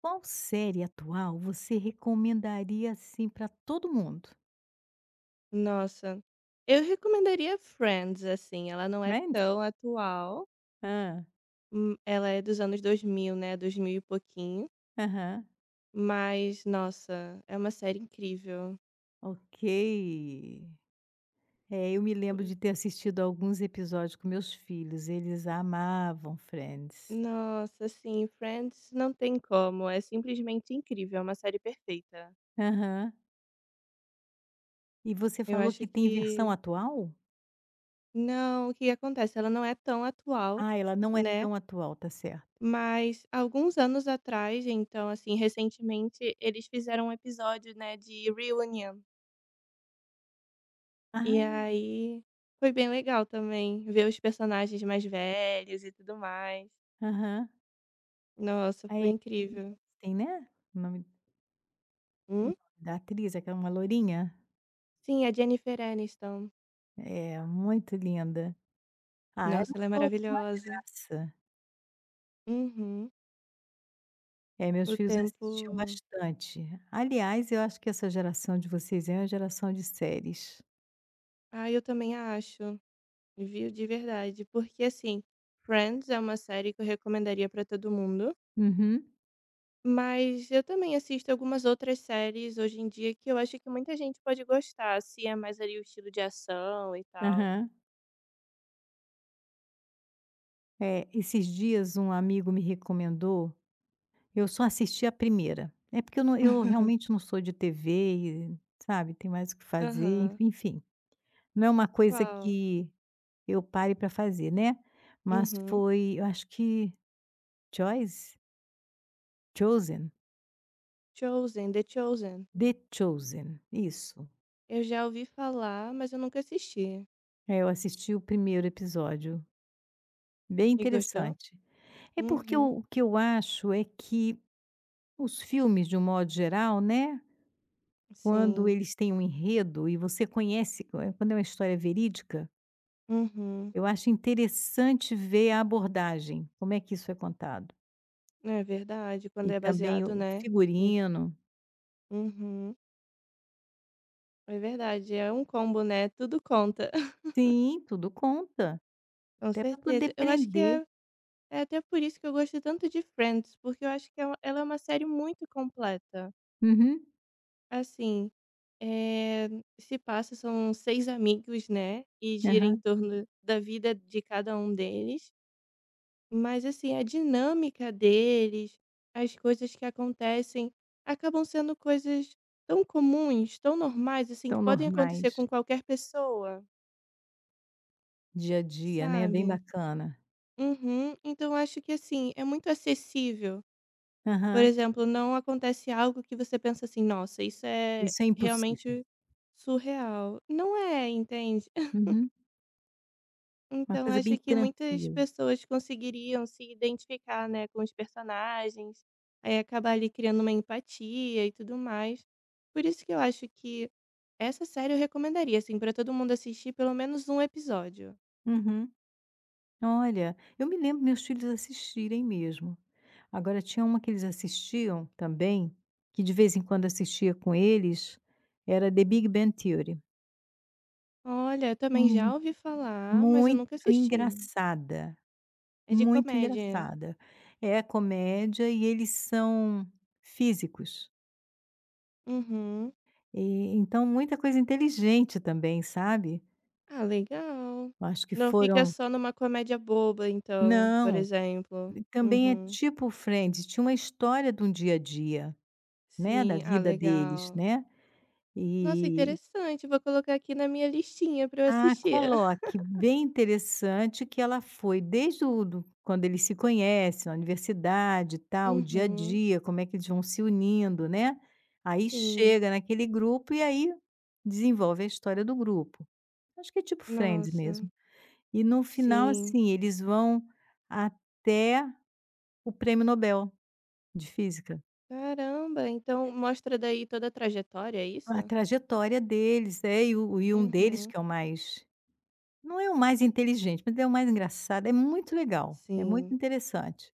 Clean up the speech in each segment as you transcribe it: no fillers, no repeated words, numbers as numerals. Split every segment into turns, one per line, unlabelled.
Qual série atual você recomendaria, assim, para todo mundo?
Nossa, eu recomendaria Friends, assim, ela não é
Friends?
tão atual,
Ah.
ela é dos anos 2000, né, 2000 e pouquinho,
Aham.
mas nossa, é uma série incrível.
Ok. É, eu me
Pu
lembro de ter assistido alguns episódios com meus filhos, eles amavam Friends.
Nossa, assim, Friends não tem como, é simplesmente incrível, é uma série perfeita.
Aham. E você
Eu
falou
acho
que tem versão
que
atual?
não, o que acontece, ela não é tão atual,
Ah, ela não é
né,
tão atual, tá certo.
mas alguns anos atrás, então, assim, recentemente, eles fizeram um episódio, né, de reunion. E
Ah.
aí, foi bem legal também ver os personagens mais velhos e tudo mais.
Aham.
Nossa, foi
É.
incrível.
Tem né? O
Hum?
nome da atriz, aquela uma lourinha?
Sim, a Jennifer Aniston.
É, muito linda. Ah, eram
Nossa, ela é
todos uma
maravilhosa.
graça.
Uhum.
É, meus
O
filhos
tempo.
assistiam bastante. Aliás, eu acho que essa geração de vocês é uma geração de séries.
Ah, eu também acho. Viu de verdade. Porque, assim, Friends é uma série que eu recomendaria pra todo mundo.
Uhum,
Mas eu também assisto algumas outras séries hoje em dia que eu acho que muita gente pode gostar, se é mais ali o estilo de ação e tal.
aham. É, esses dias um amigo me recomendou, eu só assisti a primeira. É porque eu realmente não sou de TV e, sabe, tem mais o que fazer,
Aham.
enfim. Não é uma coisa
Qual?
que eu pare para fazer, né. Mas
Uhum.
foi, eu acho que Choice? Chosen?
Chosen, The Chosen.
The Chosen, isso.
Eu já ouvi falar, mas eu nunca assisti.
É, eu assisti o primeiro episódio. Bem
E gostou?
interessante. É porque
Uhum.
o que eu acho é que os filmes, de um modo geral, né, quando
Sim.
eles têm um enredo e você conhece, quando é uma história verídica,
Uhum.
eu acho interessante ver a abordagem, como é que isso é contado.
É verdade, quando
E
é
também
baseado,
o
né? em-
figurino.
Uhum. É verdade, é um combo, né? Tudo conta.
Sim, tudo conta,
Com
até para poder
certeza. Eu acho que
prender.
é até por isso que eu gosto tanto de Friends, porque eu acho que ela é uma série muito completa.
Uhum,
Assim, é, se passa, são seis amigos, né? E gira em
aham.
torno da vida de cada um deles. Mas, assim, a dinâmica deles, as coisas que acontecem, acabam sendo coisas tão comuns, tão normais, assim, que
Tão
podem acontecer
normais,
com qualquer pessoa,
dia a dia, né, bem
sabe?
bacana.
Uhum. Então, acho que, assim, é muito acessível. Por
Aham.
exemplo, não acontece algo que você pensa assim: nossa, isso é
Isso é impossível.
realmente surreal. Não é, entende?
Uhum. Uma
Então,
coisa bem
acho que muitas
tranquila.
pessoas conseguiriam se identificar, né, com os personagens, aí acabar ali criando uma empatia e tudo mais. Por isso que eu acho que essa série eu recomendaria, assim, para todo mundo assistir pelo menos um episódio.
Uhum. Olha, eu me lembro meus filhos assistirem mesmo. Agora tinha uma que eles assistiam também, que de vez em quando assistia com eles, era The Big Bang Theory.
Olha, eu também já
Hum.
ouvi falar, mas eu
Muito
nunca assisti.
engraçada,
É de
muito
comédia.
engraçada. É comédia e eles são físicos.
Uhum.
E então muita coisa inteligente também, sabe.
Ah, legal.
Eu acho que
Não fica
foram,
só numa comédia boba, então, por
não,
exemplo.
também é
Uhum.
tipo Friends, tinha uma história de um dia a dia, né, da
Sim, ah,
vida deles,
legal.
né.
Nossa,
E
interessante. Vou colocar aqui na minha listinha pra eu
ah,
assistir.
coloque, bem interessante que ela foi desde o do quando eles se conhecem, na universidade e tal, o dia a
Uhum.
dia, como é que eles vão se unindo, né. Aí
Sim.
chega naquele grupo e aí desenvolve a história do grupo. Acho que é tipo Friends
Nossa.
mesmo. E no final,
Sim.
assim, eles vão até o prêmio Nobel de física.
Caramba, então mostra daí toda a trajetória, é
A
isso?
trajetória deles, é, e um deles
Uhum.
que é o mais. Não é o mais inteligente, mas é o mais engraçado, é muito legal, é muito
Sim.
interessante.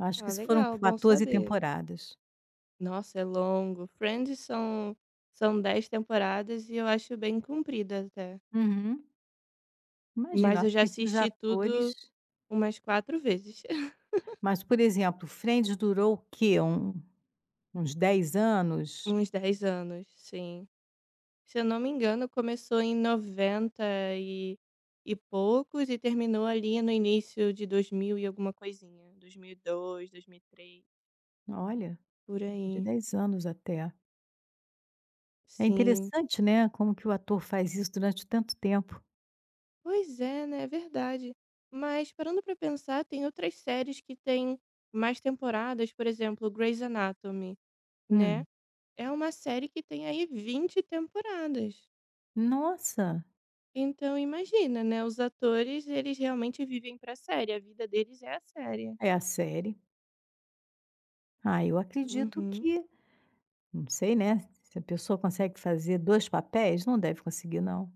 Acho que
Ah,
isso foram
legal, bom
14
saber.
temporadas.
Nossa, é longo. Friends são 10 temporadas e eu acho bem comprida até.
Uhum.
Mas
Imagina,
eu
acho
já
que esses
assisti
atores,
tudo umas 4 vezes.
mas, por exemplo, Friends durou o quê? Uns 10 anos?
Uns 10 anos, sim. Se eu não me engano, começou em 90 e, e poucos e terminou ali no início de 2000 e alguma coisinha. Dois mil e dois dois mil mil e três
Olha,
por
mais de
aí.
10 anos até. É
Sim.
interessante, né, como que o ator faz isso durante tanto tempo.
Pois é, né? É verdade. Mas parando pra pensar, tem outras séries que têm mais temporadas, por exemplo, Grey's Anatomy, né?
Hum.
É uma série que tem aí 20 temporadas.
Nossa,
Então imagina, né? Os atores, eles realmente vivem pra série, a vida deles é a série.
é a série. Ah, eu acredito
Uhum.
que não sei, né, se a pessoa consegue fazer 2 papéis, não deve conseguir não.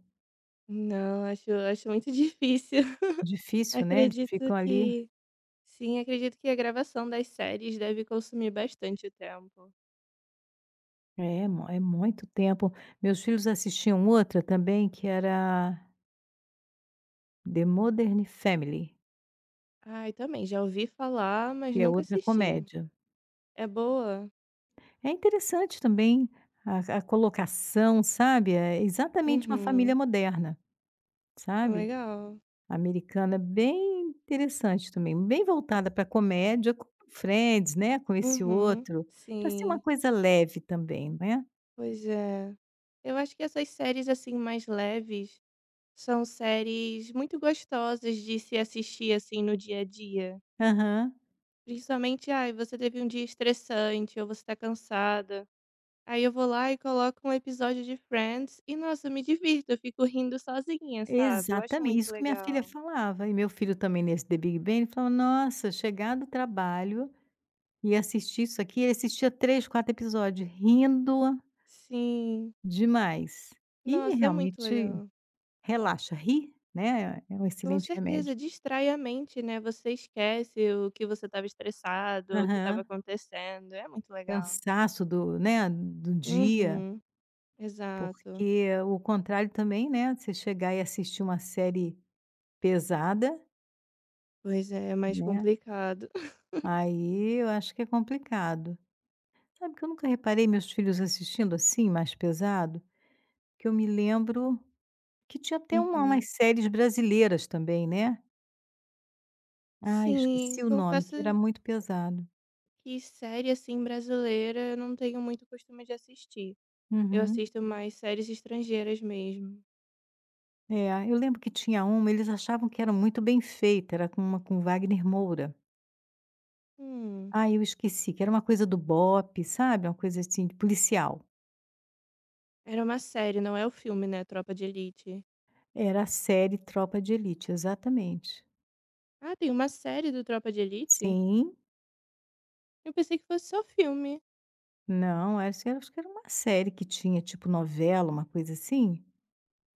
Não, acho muito difícil.
Difícil, né, eles
Acredito
ficam ali,
que sim, acredito que a gravação das séries deve consumir bastante tempo.
é mu é muito tempo. Meus filhos assistiam outra também que era The Modern Family,
Ai, também, já ouvi falar, mas
que é
nunca
outra
assisti.
comédia.
É boa?
É interessante também a colocação, sabe, é exatamente uma família
Uhum.
moderna,
Ah,
sabe,
legal.
americana, bem interessante também, bem voltada para comédia, com Friends, né, com esse
Uhum.
outro, para ser uma
Sim.
coisa leve também, né.
Pois é. Eu acho que essas séries, assim, mais leves são séries muito gostosas de se assistir, assim, no dia a dia.
Aham.
Principalmente, ai, você teve um dia estressante ou você tá cansada. Aí eu vou lá e coloco um episódio de Friends e, nossa, eu me divirto, eu fico rindo sozinha, sabe? Eu acho
Exatamente,
muito
isso que minha filha
legal.
falava, e meu filho também nesse The Big Bang, ele falava: "Nossa, chegar do trabalho e assistir isso aqui", ele assistia três, 4 episódios, rindo
Sim.
demais. E
Nossa, é muito
realmente
legal.
relaxa, rir, né, é um
Com
excelente
certeza,
remédio.
distrai a mente, né? Você esquece o que você estava estressado, o que estava
Aham.
acontecendo. É muito legal.
Cansaço do, né, do dia,
Uhum, exato.
porque o contrário também, né, você chegar e assistir uma série pesada,
Pois é, é mais
né,
complicado.
aí eu acho que é complicado. Sabe que eu nunca reparei meus filhos assistindo assim, mais pesado? Que eu me lembro que tinha até uma, umas
Uhum.
séries brasileiras também, né? Ah, eu
Sim,
esqueci o nome, que era
confesso
muito pesado.
que série assim brasileira eu não tenho muito costume de assistir. Eu
Uhum.
assisto mais séries estrangeiras mesmo.
É, eu lembro que tinha uma, eles achavam que era muito bem feita, era com uma, com Wagner Moura.
Hum,
Ah, eu esqueci, que era uma coisa do BOPE, sabe? Uma coisa assim, de policial.
era uma série, não é o filme, né, Tropa de Elite.
Era a série Tropa de Elite, exatamente.
Ah, tem uma série do Tropa de Elite?
Sim,
Eu pensei que fosse só filme.
não, acho que era uma série que tinha tipo novela, uma coisa assim.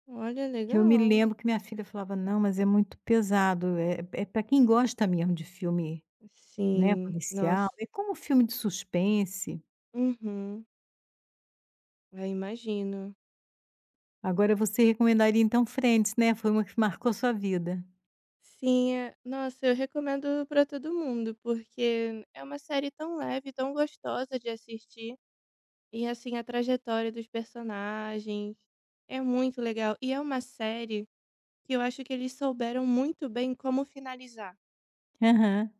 Olha,
Que eu me
legal.
lembro que minha filha falava: "Não, mas é muito pesado, é pra quem gosta mesmo de filme, né,
Sim,
policial,
nossa.
é como filme de suspense".
Uhum. Ah, imagino.
Agora você recomendaria então Friends, né, foi uma que marcou sua vida.
Sim, é- nossa, eu recomendo pra todo mundo, porque é uma série tão leve, tão gostosa de assistir. E assim, a trajetória dos personagens é muito legal. E é uma série que eu acho que eles souberam muito bem como finalizar.
Aham,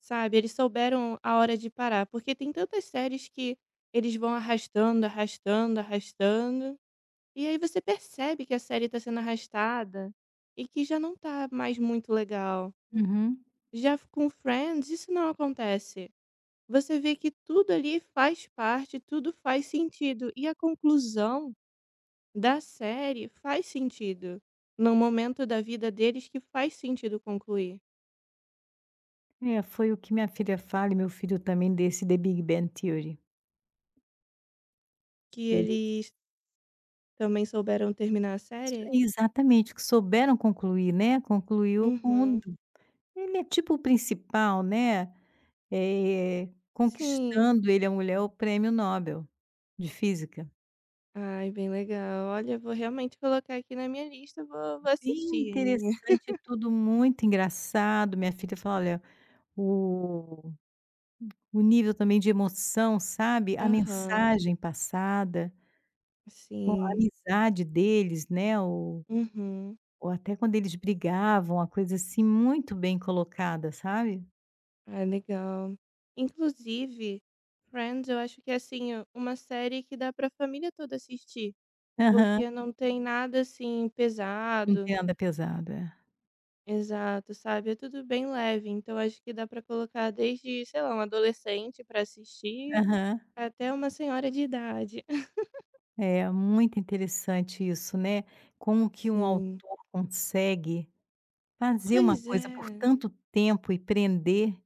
Sabe, eles souberam a hora de parar, porque tem tantas séries que eles vão arrastando, arrastando, arrastando, e aí você percebe que a série tá sendo arrastada e que já não tá mais muito legal.
uhum.
Já com Friends isso não acontece. Você vê que tudo ali faz parte, tudo faz sentido e a conclusão da série faz sentido. No momento da vida deles que faz sentido concluir,
É, foi o que minha filha fala e meu filho também desse The Big Bang Theory.
que
Eles
eles também souberam terminar a série.
exatamente, que souberam concluir, né, concluiu com
Uhum.
ele, é tipo o principal, né, eh,
Sim.
conquistando ele a mulher, o prêmio Nobel de física.
Ai, bem legal. Olha, vou realmente colocar aqui na minha lista, vou
Bem
assistir, hein.
interessante, tudo muito engraçado. Minha filha fala: "Olha, o o nível também de emoção, sabe, a
Aham,
mensagem passada, com a
sim.
amizade deles, né,
Uhum.
ou até quando eles brigavam, uma coisa, assim, muito bem colocada, sabe.
Ah, legal. Inclusive, Friends eu acho que é, assim, ó, uma série que dá pra família toda assistir,
Aham.
porque não tem nada, assim,
Não
pesado
tem nada pesado, é.
exato, sabe, é tudo bem leve, então acho que dá pra colocar desde, sei lá, um adolescente pra assistir,
Aham.
até uma senhora de idade.
É muito interessante isso, né, como que um autor
Sim.
consegue fazer uma
Pois
coisa por
é.
tanto tempo e prender.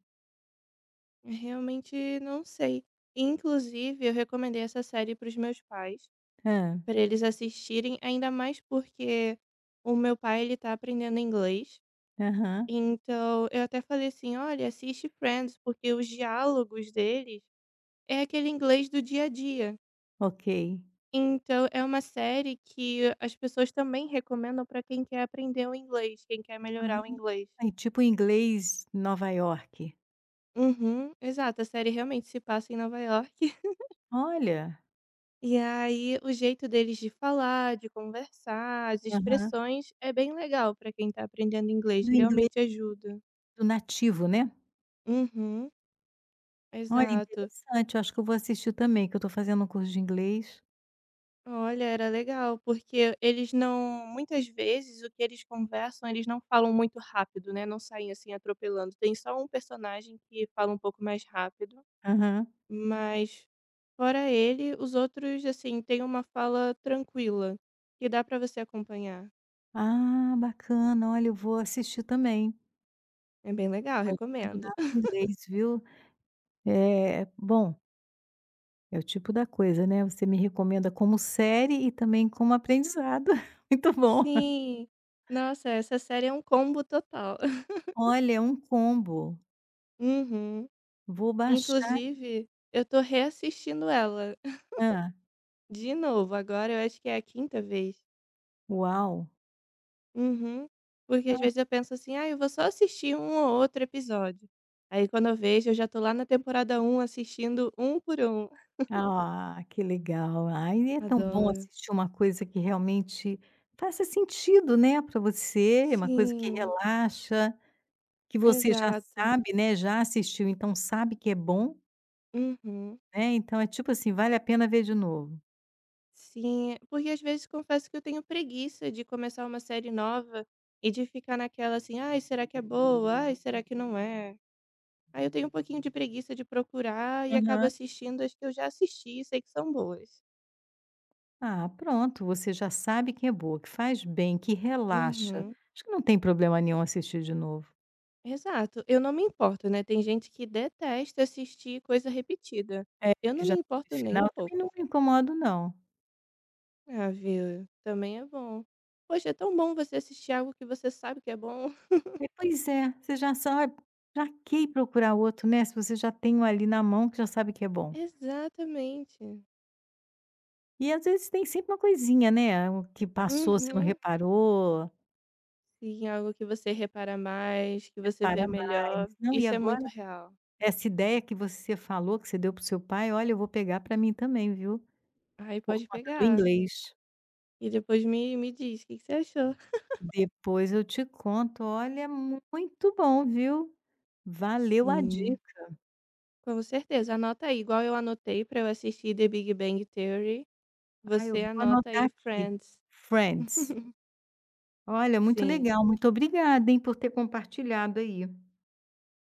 Realmente não sei. Inclusive, eu recomendei essa série para os meus pais,
Hã.
para eles assistirem, ainda mais porque o meu pai ele tá aprendendo inglês.
Aham.
Então, eu até falei assim: "Olha, assiste Friends, porque os diálogos deles é aquele inglês do dia a dia".
Ok.
Então, é uma série que as pessoas também recomendam para quem quer aprender o inglês, quem quer
Ah,
melhorar o inglês.
é tipo inglês Nova York.
Uhum, exato, a série realmente se passa em Nova York.
Olha.
E aí, o jeito deles de falar, de conversar, as
Aham.
expressões, é bem legal para quem tá aprendendo inglês,
Vem do inglês
realmente ajuda.
do nativo, né.
Uhum,
Olha,
exato.
interessante, eu acho que eu vou assistir também, que eu estou fazendo um curso de inglês.
Olha, era legal, porque eles não muitas vezes o que eles conversam, eles não falam muito rápido, né, não saem assim atropelando. Tem só um personagem que fala um pouco mais rápido,
Aham.
mas fora ele, os outros, assim, têm uma fala tranquila, que dá para você acompanhar.
Ah, bacana, olha, eu vou assistir também.
É bem legal,
Pode me
recomendo.
ajudar no inglês, viu. É bom, é o tipo da coisa, né, você me recomenda como série e também como aprendizado. Muito bom.
Sim. Nossa, essa série é um combo total.
Olha, é um combo.
Uhum.
Vou baixar.
Inclusive, eu tô reassistindo ela
Ah.
de novo, agora eu acho que é a quinta vez.
Uau.
Uhum. Porque às vezes eu penso assim: "Ah, eu vou só assistir um ou outro episódio". Aí quando eu vejo, eu já tô lá na temporada um assistindo um por um.
Ah, que legal. Ai, é tão bom
Adoro.
assistir uma coisa que realmente faça sentido, né, para você, uma coisa que
Sim,
relaxa, que você já
exato.
sabe, né, já assistiu, então sabe que é bom,
Uhum.
né, então é tipo assim, vale a pena ver de novo.
Sim, porque às vezes confesso que eu tenho preguiça de começar uma série nova e de ficar naquela assim, ai, será que é boa? Ai, será que não é? Aí eu tenho um pouquinho de preguiça de procurar e acabo
Aham.
assistindo as que eu já assisti e sei que são boas.
Ah, pronto, você já sabe que é boa, que faz bem, que relaxa.
Uhum.
Acho que não tem problema nenhum assistir de novo.
Exato. Eu não me importo, né? Tem gente que detesta assistir coisa repetida.
É.
Eu não
Que já
me
no
importo nem um
final,
pouco.
também não me incomodo não.
Ah, viu? Também é bom. Poxa, é tão bom você assistir algo que você sabe que é bom.
É, pois é, você já sabe, pra que procurar outro, né, se você já tem um ali na mão que já sabe que é bom.
Exatamente.
E às vezes tem sempre uma coisinha, né, o que passou você não
Uhum.
reparou,
Sim, algo que você repara mais, que você vê
repara mais.
melhor.
Não, e
Isso é
agora
muito real.
essa ideia que você falou, que você deu pro seu pai, olha, eu vou pegar pra mim também, viu,
Aí
por
pode
conta do
pegar.
inglês.
E depois me diz o que, que você achou.
Depois eu te conto, olha, muito bom, viu. Valeu a dica.
Sim, com certeza. Anota aí, igual eu anotei pra eu assistir The Big Bang Theory.
Ah, eu
Você
vou
anota
anotar
aí
aqui,
Friends.
Friends. Olha, muito
Sim.
legal, muito obrigada, hein, por ter compartilhado aí.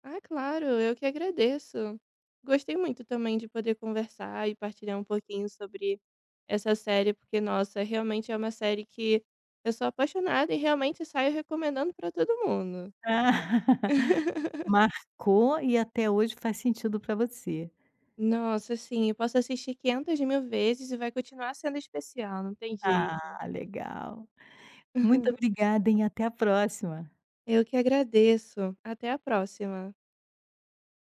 Ah, claro, eu que agradeço. Gostei muito também de poder conversar e partilhar um pouquinho sobre essa série, porque, nossa, realmente é uma série que eu sou apaixonada e realmente saio recomendando para todo mundo.
Marcou e até hoje faz sentido para você.
Nossa, sim, eu posso assistir 500 mil vezes e vai continuar sendo especial, não tem jeito.
Ah, legal. Muito obrigada, hein, até a próxima.
Eu que agradeço. Até a próxima.